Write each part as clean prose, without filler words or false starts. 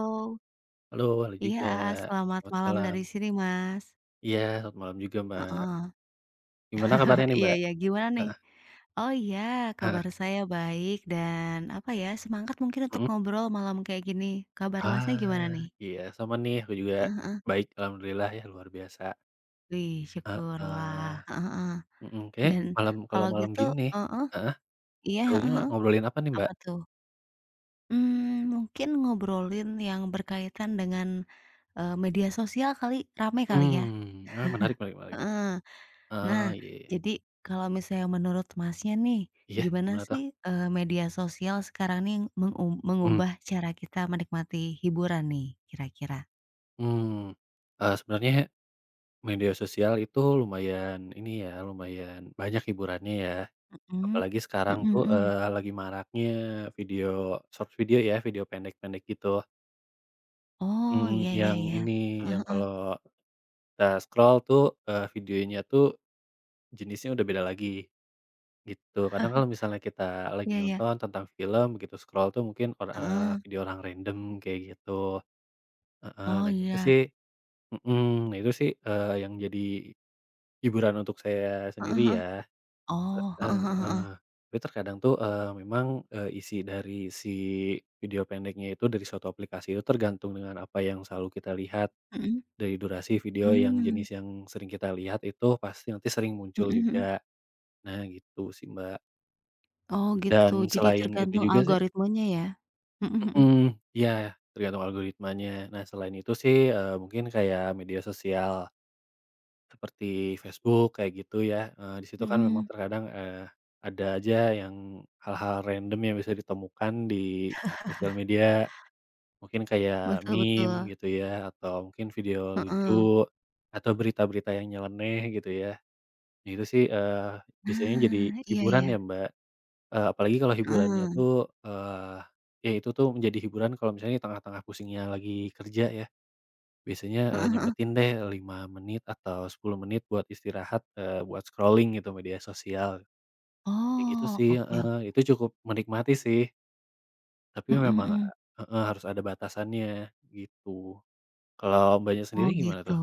Oh, Halo, halo iya juga. selamat Selamat malam malam. dari sini, Mas. Iya, selamat malam juga, Mbak. Heeh. Gimana kabarnya nih, Iya Mbak? iya gimana nih? Heeh Oh iya heeh. kabar saya baik dan apa ya, semangat mungkin untuk Mhm. ngobrol malam kayak gini. Kabar Masnya Ah, gimana nih? iya sama nih, aku juga Heeh heeh. baik alhamdulillah ya, luar biasa. Wih syukurlah. Heeh. Heeh heeh. Mhm, Kayaknya Dan kalau kalau malam gitu gini nih, heeh, heeh, iya, serunya heeh heeh. ngobrolin apa nih, Mbak? Apa tuh? Mungkin ngobrolin yang berkaitan dengan, media sosial kali, rame kali ya? Menarik menarik menarik. Heeh. Nah, Oh, iya iya. jadi kalau misalnya menurut Masnya nih, Iya, gimana gimana tuh? sih, media sosial sekarang nih Mhm, mengubah cara kita menikmati hiburan nih kira-kira? mmm, Sebenarnya media sosial itu lumayan ini ya, lumayan banyak hiburannya ya. Mhm. Apalagi sekarang Mhm tuh, mhm. Lagi maraknya video short video ya, video pendek-pendek gitu. Oh, Mhm, iya iya yang iya. ini, Heeh yang heeh. kalau kita scroll tuh, videonya tuh jenisnya udah beda lagi, gitu. Kadang kalau misalnya kita lagi Iya iya. nonton tentang film, begitu scroll tuh mungkin or Heeh. video orang random kayak gitu. Heeh, Oh, iya. Mhm, nah itu sih, yang jadi hiburan untuk saya Heeh sendiri heeh. ya. Oh, heeh Heeh heeh heeh. heeh. Tapi terkadang tuh, memang, isi dari si video pendeknya itu dari suatu aplikasi itu tergantung dengan apa yang selalu kita lihat, Mhm. dari durasi video yang Mmm. jenis yang sering kita lihat itu pasti nanti sering muncul Mhm mhm. juga. Nah gitu sih, Mbak. Oh, gitu. Dan Jadi selain itu tergantung juga sih, algoritmenya ya? Mhm mhm. mhm, iya tergantung algoritmanya. Nah selain itu sih, mungkin kayak media sosial. Seperti Facebook kayak gitu ya, di situ kan memang Mhm. terkadang, ada aja yang hal-hal random yang bisa ditemukan di sosial media, mungkin kayak Betul meme betul. gitu ya, atau mungkin video Heeh. lucu, atau berita-berita yang nyeleneh gitu ya. Nah itu sih, biasanya jadi Nah, iya hiburan iya. ya Mbak, apalagi kalau hiburannya Heeh. tuh, eee, ya itu tuh menjadi hiburan kalau misalnya di tengah-tengah pusingnya lagi kerja ya. Biasanya, Heeh. nyempetin deh 5 menit atau 10 menit buat istirahat, buat scrolling gitu media sosial, kayak gitu Oh, sih, oke heeh, oke. itu cukup menikmati sih, tapi Mhm memang, mhm. heeh, harus ada batasannya gitu. Kalau Mbaknya Oh, sendiri gimana gitu. tuh?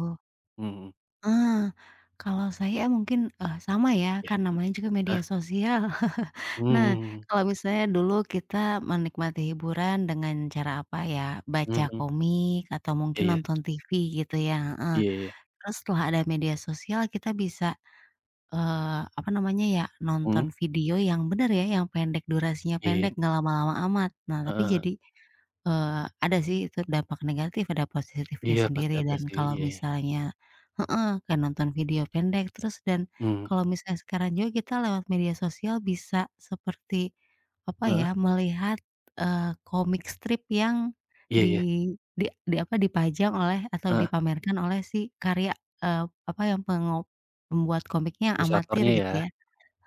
Mhm, Ah, kalau saya mungkin, sama ya, ya, kan namanya juga media ah, sosial. hmm Nah, hmm kalau misalnya dulu kita menikmati hiburan dengan cara apa ya, hmm, baca hmm. komik atau mungkin Iya nonton TV gitu ya, heeh. iya iya iya, Terus setelah ada media sosial kita bisa, apa namanya ya, nonton mhm, video yang benar ya, yang pendek, durasinya iya iya, pendek, nggak lama-lama amat. Nah, tapi heeh, jadi ada sih itu dampak negatif, ada positifnya iya pasti sendiri ada dan sih, kalau iya iya, misalnya heeh, kayak nonton video pendek terus dan mhm, kalau misalnya sekarang juga kita lewat media sosial bisa seperti, apa heeh, ya, melihat, komik strip yang iya iya, di di apa, dipajang oleh atau heeh, dipamerkan oleh si karya, eee, apa yang pembuat komiknya amatir ilustratornya ya, gitu ya.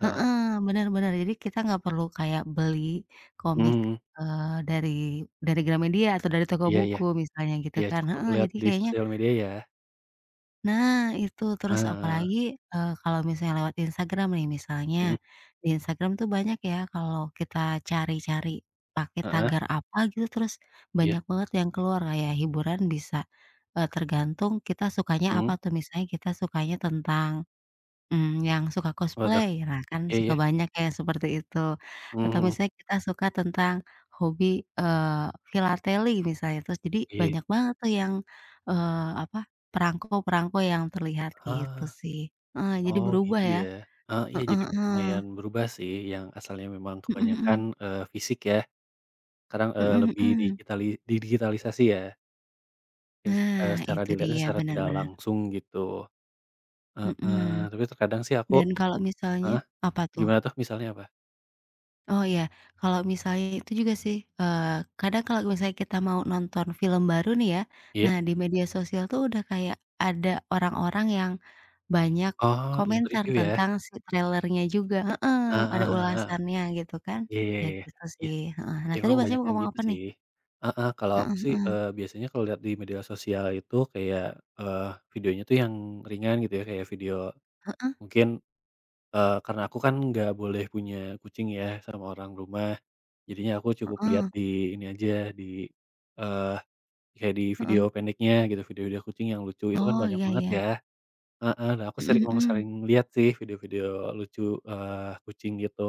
heeh, Heeh, benar bener. Jadi kita nggak perlu kayak beli komik, hmm eee, dari dari Gramedia atau dari toko iya iya buku misalnya gitu iya kan cukup heeh, lihat jadi di kayaknya sosial media ya, nah itu, terus ah. apalagi, kalau misalnya lewat Instagram nih misalnya, Mhm, di Instagram tuh banyak ya kalau kita cari-cari pakai heeh, tagar apa gitu, terus iya, banyak banget yang keluar kayak hiburan bisa, tergantung kita sukanya apa mhm, tuh, misalnya kita sukanya tentang yang suka apa tuh? cosplay, nah kan Iya suka iya, banyak ya seperti itu. mhm Atau mhm, misalnya kita suka tentang hobi, filateli misalnya, terus jadi iya, banyak banget tuh yang, eee, apa, perangko-perangko yang terlihat ah, gitu sih. Heeh, jadi oh berubah gitu ya. ya, heeh, iya Heeh jadi heeh. lumayan berubah sih yang asalnya memang Mhm kebanyakan, mhm. Fisik ya, sekarang, Mhm lebih mhm. Didigitalisasi ya, mungkin, Nah secara itu dilihatnya dia, secara bener tidak bener. langsung gitu, heeh, Mhm. tapi terkadang sih aku, Dan kalau misalnya heeh, apa tuh? gimana tuh misalnya apa? Oh iya, kalau misalnya itu juga sih, kadang kalau misalnya kita mau nonton film baru nih ya, Iya? nah di media sosial tuh udah kayak ada orang-orang yang banyak Oh yang komentar review ya? tentang si trailernya juga heeh, Heeh ada heeh heeh, ulasannya gitu kan. iya Ya iya gitu iya. sih, heeh. Nah tadi Emang Masnya banyak mau yang ngomong gitu apa nih? sih. Heeh, kalau aku Heeh sih, heeh. Biasanya kalau lihat di media sosial itu kayak, eee, videonya tuh yang ringan gitu ya, kayak video Heeh mungkin, karena aku kan nggak boleh punya kucing ya sama orang rumah, jadinya aku cukup lihat heeh di ini aja, di, eee, kayak di video heeh. pendeknya gitu, video-video kucing yang lucu itu kan Oh banyak iya banget iya. ya. Heeh, nah aku sering Mhm emang mhm. sering lihat sih video-video lucu, kucing gitu,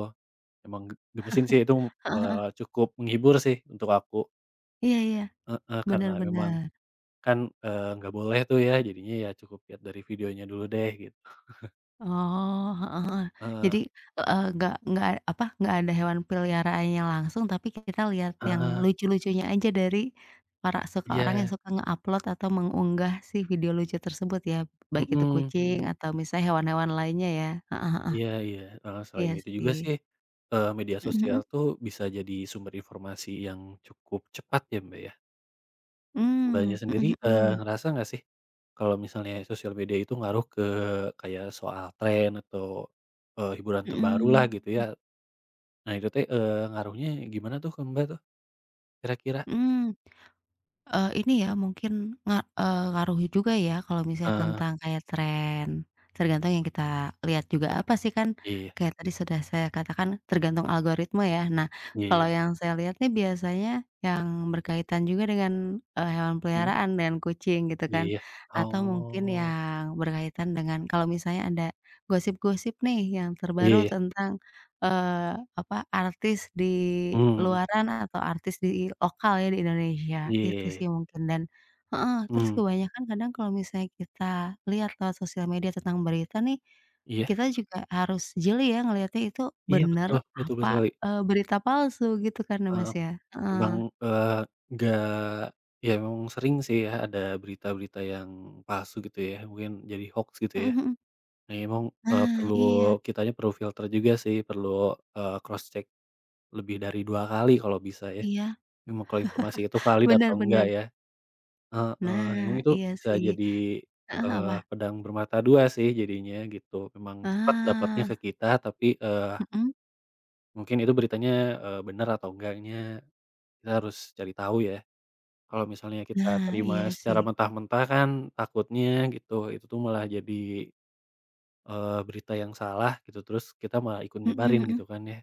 emang gemesin sih itu, Heeh heeh. Cukup menghibur sih untuk aku. Iya iya. Heeh, karena Bener memang bener. kan, nggak boleh tuh ya, jadinya ya cukup lihat dari videonya dulu deh gitu. Oh, heeh heeh. Heeh Jadi, heeh, nggak, apa, nggak ada hewan peliharaannya langsung, tapi kita lihat yang heeh, lucu-lucunya aja dari para suka orang yang iya, suka nge-upload atau mengunggah si video lucu tersebut ya, baik itu mhm kucing mhm, atau misalnya hewan-hewan lainnya ya. Heeh heeh. iya iya, heeh, selain Iya itu juga sih. sih, media Mhm sosial mhm. tuh bisa jadi sumber informasi yang cukup cepat ya, Mbak, ya. Mbaknya Mmm, sendiri, mhm mhm. ngerasa nggak sih kalau misalnya sosial media itu ngaruh ke kayak soal tren atau, hiburan terbaru lah Mhm. gitu ya. Nah itu teh, ngaruhnya gimana tuh ke Mbak tuh kira-kira? Mmm. Ini ya mungkin ngaruh juga ya kalau misalnya Eee, tentang kayak tren, tergantung yang kita lihat juga apa sih kan iya kayak tadi sudah saya katakan tergantung algoritma ya. Nah, iya iya, kalau iya, yang saya lihat nih biasanya yang berkaitan juga dengan, hewan mhm. peliharaan dengan kucing gitu Iya kan, iya. atau mungkin Oh, yang berkaitan dengan kalau misalnya ada gosip-gosip nih yang iya terbaru iya. tentang apa, artis di Mmm, mhm. luaran atau artis di lokal ya di Indonesia, Iya iya itu iya. sih mungkin dan heeh, terus Mmm, kebanyakan kadang kalau misalnya kita lihat lewat sosial media tentang berita nih, iya. kita juga harus jeli ya ngelihatnya itu Iya bener betul, betul betul apa, sekali. Berita palsu gitu kan ya, Heeh. Mas, ya? Emang, Heeh, eee, nggak ya memang sering sih ya ada berita-berita yang palsu gitu ya, mungkin jadi hoaks gitu mhm ya. mhm. Nah emang, Nah, perlu iya kitanya perlu filter juga sih, perlu, cross check lebih dari 2 kali kalau bisa ya. iya, Memang kalau informasi itu valid atau bener enggak bener. ya. Heeh, Nah, emang itu iya bisa sih. jadi, Heeh, apa? Pedang bermata dua sih jadinya gitu, memang cepat dapatnya Ah, ke kita tapi, mhm. mungkin itu beritanya, bener atau enggaknya kita harus cari tahu ya. Kalau misalnya kita Nah, terima iya secara sih. mentah-mentah kan takutnya gitu, itu tuh malah jadi, berita yang salah gitu, terus kita malah ikut Mhm nyebarin gitu mhm. kan ya.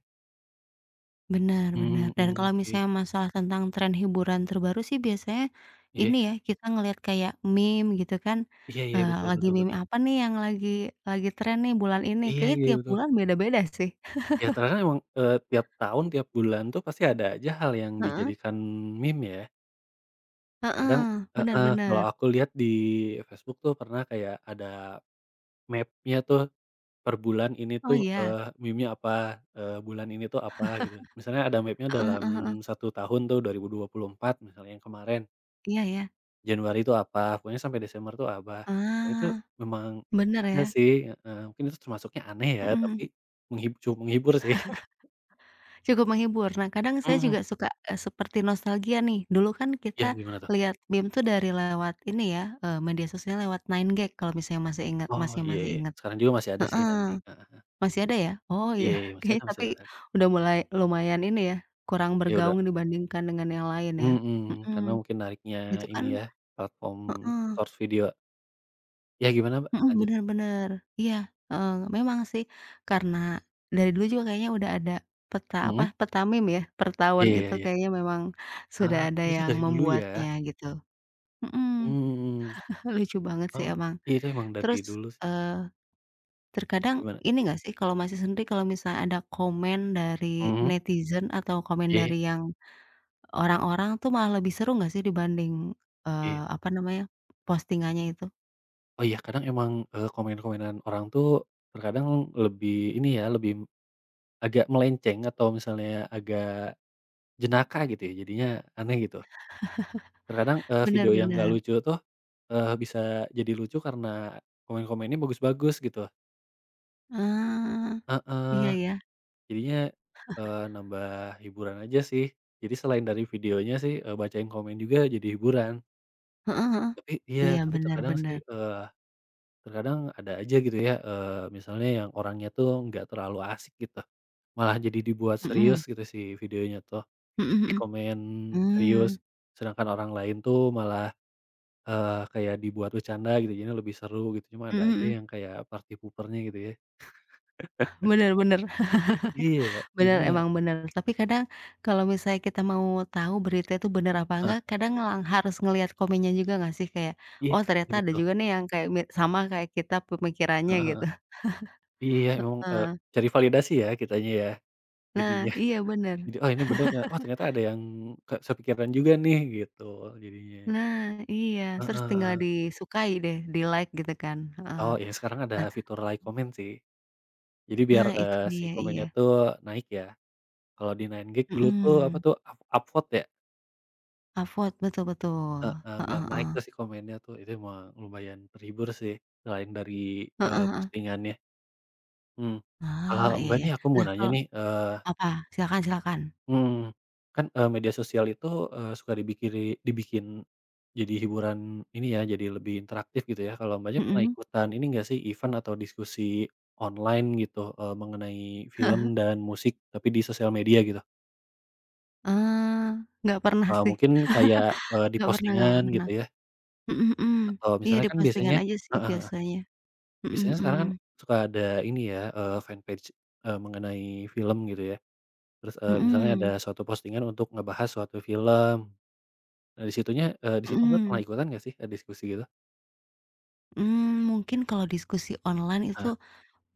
Benar benar, Mhm dan mhm, kalau sih. misalnya masalah tentang tren hiburan terbaru sih biasanya Iya ini iya ya, kita ngelihat kayak meme gitu kan, iya iya, betul lagi betul meme betul. apa nih yang lagi tren nih bulan ini, Iya kayaknya iya, tiap betul. bulan beda-beda sih. Ya ternyata emang, tiap tahun, tiap bulan tuh pasti ada aja hal yang Heeh dijadikan meme ya. Kadang, heeh, benar heeh, kalau benar. aku lihat di Facebook tuh pernah kayak ada map-nya tuh, per bulan ini Oh tuh, iya, meme-nya apa, bulan ini tuh apa gitu. Misalnya ada map-nya heeh dalam heeh heeh, satu tahun tuh 2024 misalnya yang kemarin, iya ya. Januari itu apa, pokoknya sampai Desember tuh apa. Ya itu Ah, memang benar ada ya, sih, heeh, mungkin itu termasuknya aneh ya, tapi mhm. Cukup menghibur sih. Cukup menghibur. Nah, kadang saya Mhm, juga suka, seperti nostalgia nih. Dulu kan iya kita gimana tuh? lihat BIM tuh dari lewat ini ya, media sosial lewat 9gag kalau misalnya masih ingat Oh, masih iya masih iya. ingat. Sekarang juga masih ada sih Heeh. 9gag, heeh. Masih ada ya? Oh Iya iya. iya, Kayaknya masih tapi ada kan. udah mulai lumayan ini ya, kurang Ya udah, bergaung dibandingkan dengan yang lain ya. mhm, karena Mhm. mungkin nariknya Itu ini kan ya, platform heeh. source video. Ya gimana, Mbak? Mhm, Lanjut. bener bener. Iya, heeh, memang sih karena dari dulu juga kayaknya udah ada peta apa, Mhm? peta meme ya, per tahun Iya iya itu iya. kayaknya memang sudah Ah, ada oh itu yang dari dulu ya? membuatnya gitu. Mhm, Mmm, lucu banget sih oh, emang. iya, itu emang dari Terus, dulu sih. eee, terkadang Gimana? ini nggak sih kalau Masnya sendiri kalau misalnya ada komen dari Mhm? netizen atau komen Iya iya dari yang orang-orang tuh malah lebih seru nggak sih dibanding, iya. Apa namanya, postingannya itu? Oh iya, kadang emang, komen-komenan orang tuh terkadang lebih ini ya, lebih agak melenceng atau misalnya agak jenaka gitu ya, jadinya aneh gitu. Terkadang, Bener video yang nggak bener. lucu tuh, bisa jadi lucu karena komen-komennya bagus-bagus gitu. Ah, iya Heeh, ya. jadinya, nambah hiburan aja sih. Jadi selain dari videonya sih, bacain komen juga jadi hiburan. Heeh heeh. Tapi iya, Iya, tapi terkadang sih, benar-benar eee, terkadang ada aja gitu ya, misalnya yang orangnya tuh nggak terlalu asik gitu, malah jadi dibuat serius mhm. gitu si videonya tuh, Mhm di mhm. komen serius, Mmm. sedangkan orang lain tuh malah kayak dibuat bercanda gitu jadinya lebih seru gitu cuma Mhm ada aja mhm. yang kayak party pooper-nya gitu ya. Bener bener. Iya ya Bener, jadinya, emang benar. Tapi kadang kalau misalnya kita mau tahu berita itu benar apa heeh, enggak, kadang harus ngelihat komennya juga nggak sih? Kayak, iya oh iya ternyata ada betul, juga nih yang kayak sama kayak kita pemikirannya heeh gitu. heeh. Iya memang, Heeh. cari validasi ya kitanya ya Nah, jadinya. iya benar. Jadi, "Oh ini bener ya, oh ternyata ada yang ke sepikiran juga nih," gitu jadinya. Nah, iya. Heeh Terus tinggal heeh. disukai deh, di-like gitu kan. Heeh. Oh ya sekarang ada Nah fitur like comment sih. Jadi biar, nah itu si dia, iya. komennya tuh naik ya. Kalau di 9gag dulu tuh apa Mhm. tuh upvote ya? Upvote, betul betul. Heeh, Heeh biar naik heeh. tuh si komennya tuh, itu emang lumayan terhibur sih, selain dari, Heeh heeh. postingannya, mhm. Ah, Kalau iya Mbak ya. nih aku mau Nah nanya kalau nih, apa? Silakan silakan. mhm, kan, media sosial itu, suka dibikin jadi hiburan ini ya, jadi lebih interaktif gitu ya, kalau Mbaknya pernah Mhm, ikutan ini nggak sih, event atau diskusi online gitu, mengenai film dan musik tapi di sosial media gitu? eee, nggak pernah sih, Mungkin kayak, di nggak postingan gitu pernah. ya, Mhm mhm. atau Iya misalnya di kan biasanya, postingan aja sih heeh heeh. biasanya. Mhm Biasanya sekarang mhm. kan suka ada ini ya, fanpage, mengenai film gitu ya. Terus, misalnya ada Mhm. suatu postingan untuk ngebahas suatu film. Nah, di situ Mbak pernah Mhm. ikutan nggak sih, diskusi gitu? Mmm, mungkin kalau diskusi online itu Heeh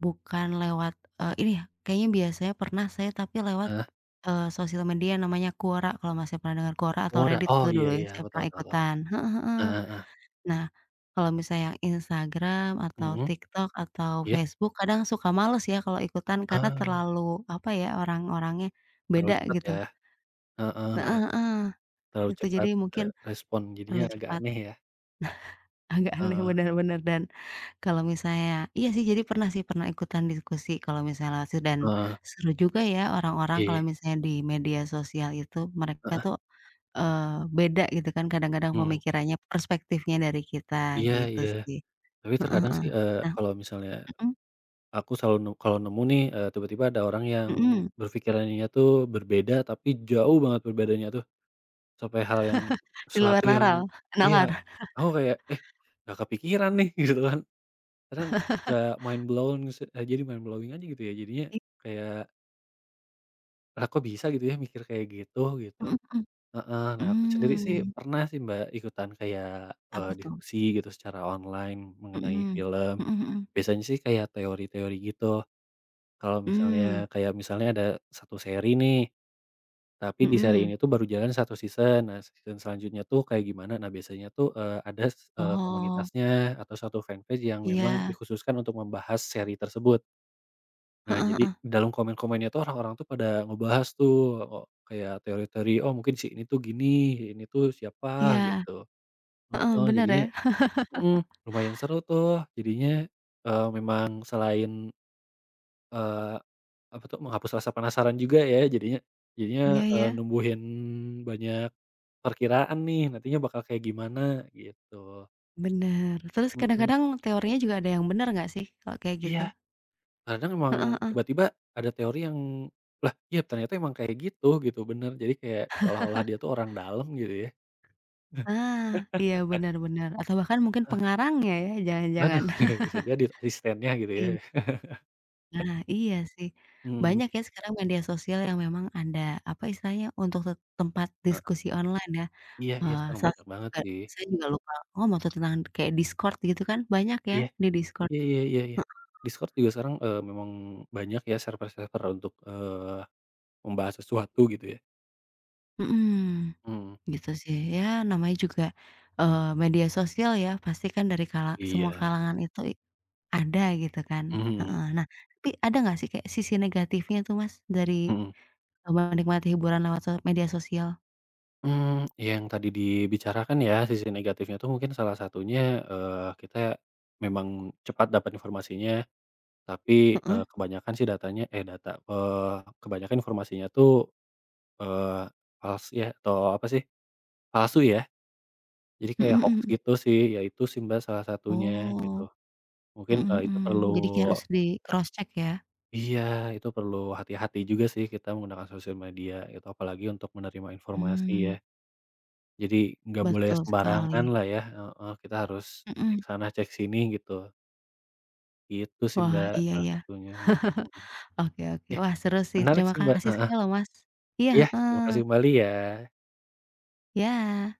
bukan lewat, ini ya, kayaknya biasanya pernah saya tapi lewat, heeh. Sosial media namanya Quora, kalau Masnya pernah dengar Quora atau Quora, Reddit oh tuh dulu iya ya iya, saya aku pernah tahu tahu tahu. ikutan. Heeh heeh. Heeh heeh. Nah, kalau misalnya yang Instagram atau Mhm, TikTok atau iya? Facebook kadang suka males ya kalau ikutan karena Ah, terlalu apa ya, orang-orangnya terlalu beda cepat gitu. ya? Heeh Heeh heeh. heeh, Terlalu gitu. Jadi cepat, mungkin respon jadinya terlalu agak cepat, aneh ya? agak aneh Heeh bener bener dan kalau misalnya iya sih jadi pernah sih, pernah ikutan diskusi kalau misalnya lewat situ dan heeh. seru juga ya orang-orang kalau Iya, misalnya di media sosial itu mereka heeh. tuh, beda gitu kan kadang-kadang Mmm, pemikirannya, perspektifnya dari kita iya gitu iya. sih. Tapi Heeh terkadang heeh. sih, Nah kalau misalnya mhm. aku selalu kalau nemu nih, tiba-tiba ada orang yang Mhm, berpikirannya tuh berbeda, tapi jauh banget perbedaannya tuh, sampai hal yang di luar suatu yang nalar. iya, aku kayak, "Eh, nggak kepikiran nih," gitu kan. Kadang suka mind blown jadi mind blowing aja gitu ya, jadinya I kayak, "Lah kok bisa gitu ya mikir kayak gitu?" Gitu. mhm mhm, Heeh. Nah, aku sendiri sih mmm, pernah sih, Mbak, ikutan kayak, apa tuh? diskusi gitu secara online mengenai Mhm, film. mhm mhm, Biasanya sih kayak teori-teori gitu. Kalau misalnya mmm, kayak misalnya ada satu seri nih, tapi di seri ini mhm. tuh baru jalan satu season. Nah, season selanjutnya tuh kayak gimana? Nah, biasanya tuh, Oh, komunitasnya atau suatu fanpage yang memang iya, dikhususkan untuk membahas seri tersebut. Nah, heeh jadi heeh, dalam komen-komennya tuh orang-orang tuh pada ngebahas tuh, o kayak teori-teori, "Oh, mungkin si ini tuh gini, ini tuh siapa," iya, gitu. heeh, Heeh, bener ya, jadinya, mhm, lumayan seru tuh jadinya, memang selain Eee, apa tuh, menghapus rasa penasaran juga ya jadinya jadinya, iya iya, numbuhin banyak perkiraan nih nantinya bakal kayak gimana gitu. bener. Terus Mhm. kadang-kadang teorinya juga ada yang bener nggak sih kalau kayak Iya, gitu? kadang emang Heeh heeh. tiba-tiba ada teori yang, "Lah, iya ternyata emang kayak gitu," gitu bener. Jadi kayak seolah-olah dia tuh orang dalam gitu ya. Ah, iya bener bener atau bahkan mungkin pengarangnya ya ya, jangan-jangan. Aduh, bisa jadi asistennya gitu ya. Iya, nah iya sih, Mhm, banyak ya sekarang media sosial yang memang ada, apa istilahnya, untuk tempat heeh, diskusi online ya. iya iya Eee, sekarang sa banyak banget juga sih. saya juga lupa ngomong tuh tentang kayak Discord gitu kan, banyak ya Iya, di Discord. iya iya iya iya. Heeh, Discord juga sekarang, memang banyak ya server-server untuk, membahas sesuatu gitu ya? mhm, Mmm, gitu sih. Ya namanya juga, eee, media sosial ya pasti kan dari kala semua iya, kalangan itu ada gitu kan, mhm heeh. Nah, tapi ada nggak sih kayak sisi negatifnya tuh Mas dari, mhm. Menikmati hiburan lewat so media sosial? Mmm, yang tadi dibicarakan ya sisi negatifnya tuh mungkin salah satunya, eee, kita memang cepat dapat informasinya, tapi, Heeh, kebanyakan sih data, kebanyakan informasinya tuh, eee, fals ya atau apa sih, palsu ya? Jadi mhm kayak mhm hoaks mhm. gitu sih, ya itu sih Mbak salah satunya gitu. Oh. Mungkin, Mhm itu mhm. perlu. Jadi kayak harus di cross check ya? Iya, itu perlu hati-hati juga sih kita menggunakan sosial media itu apalagi untuk menerima informasi ya. Mmm, Jadi nggak boleh betul sembarangan sekali. lah ya, heeh, kita harus cek Mhm. sana cek sini gitu. Itu sih Wah, Mbak, iya salah iya. satunya, mhm mhm. Oke oke. Iya Wah, seru sih. menarik Terima sih Mbak, kasih heeh. sekali loh, Mas. Iya, Iya heeh. terima kasih kembali ya. Ya.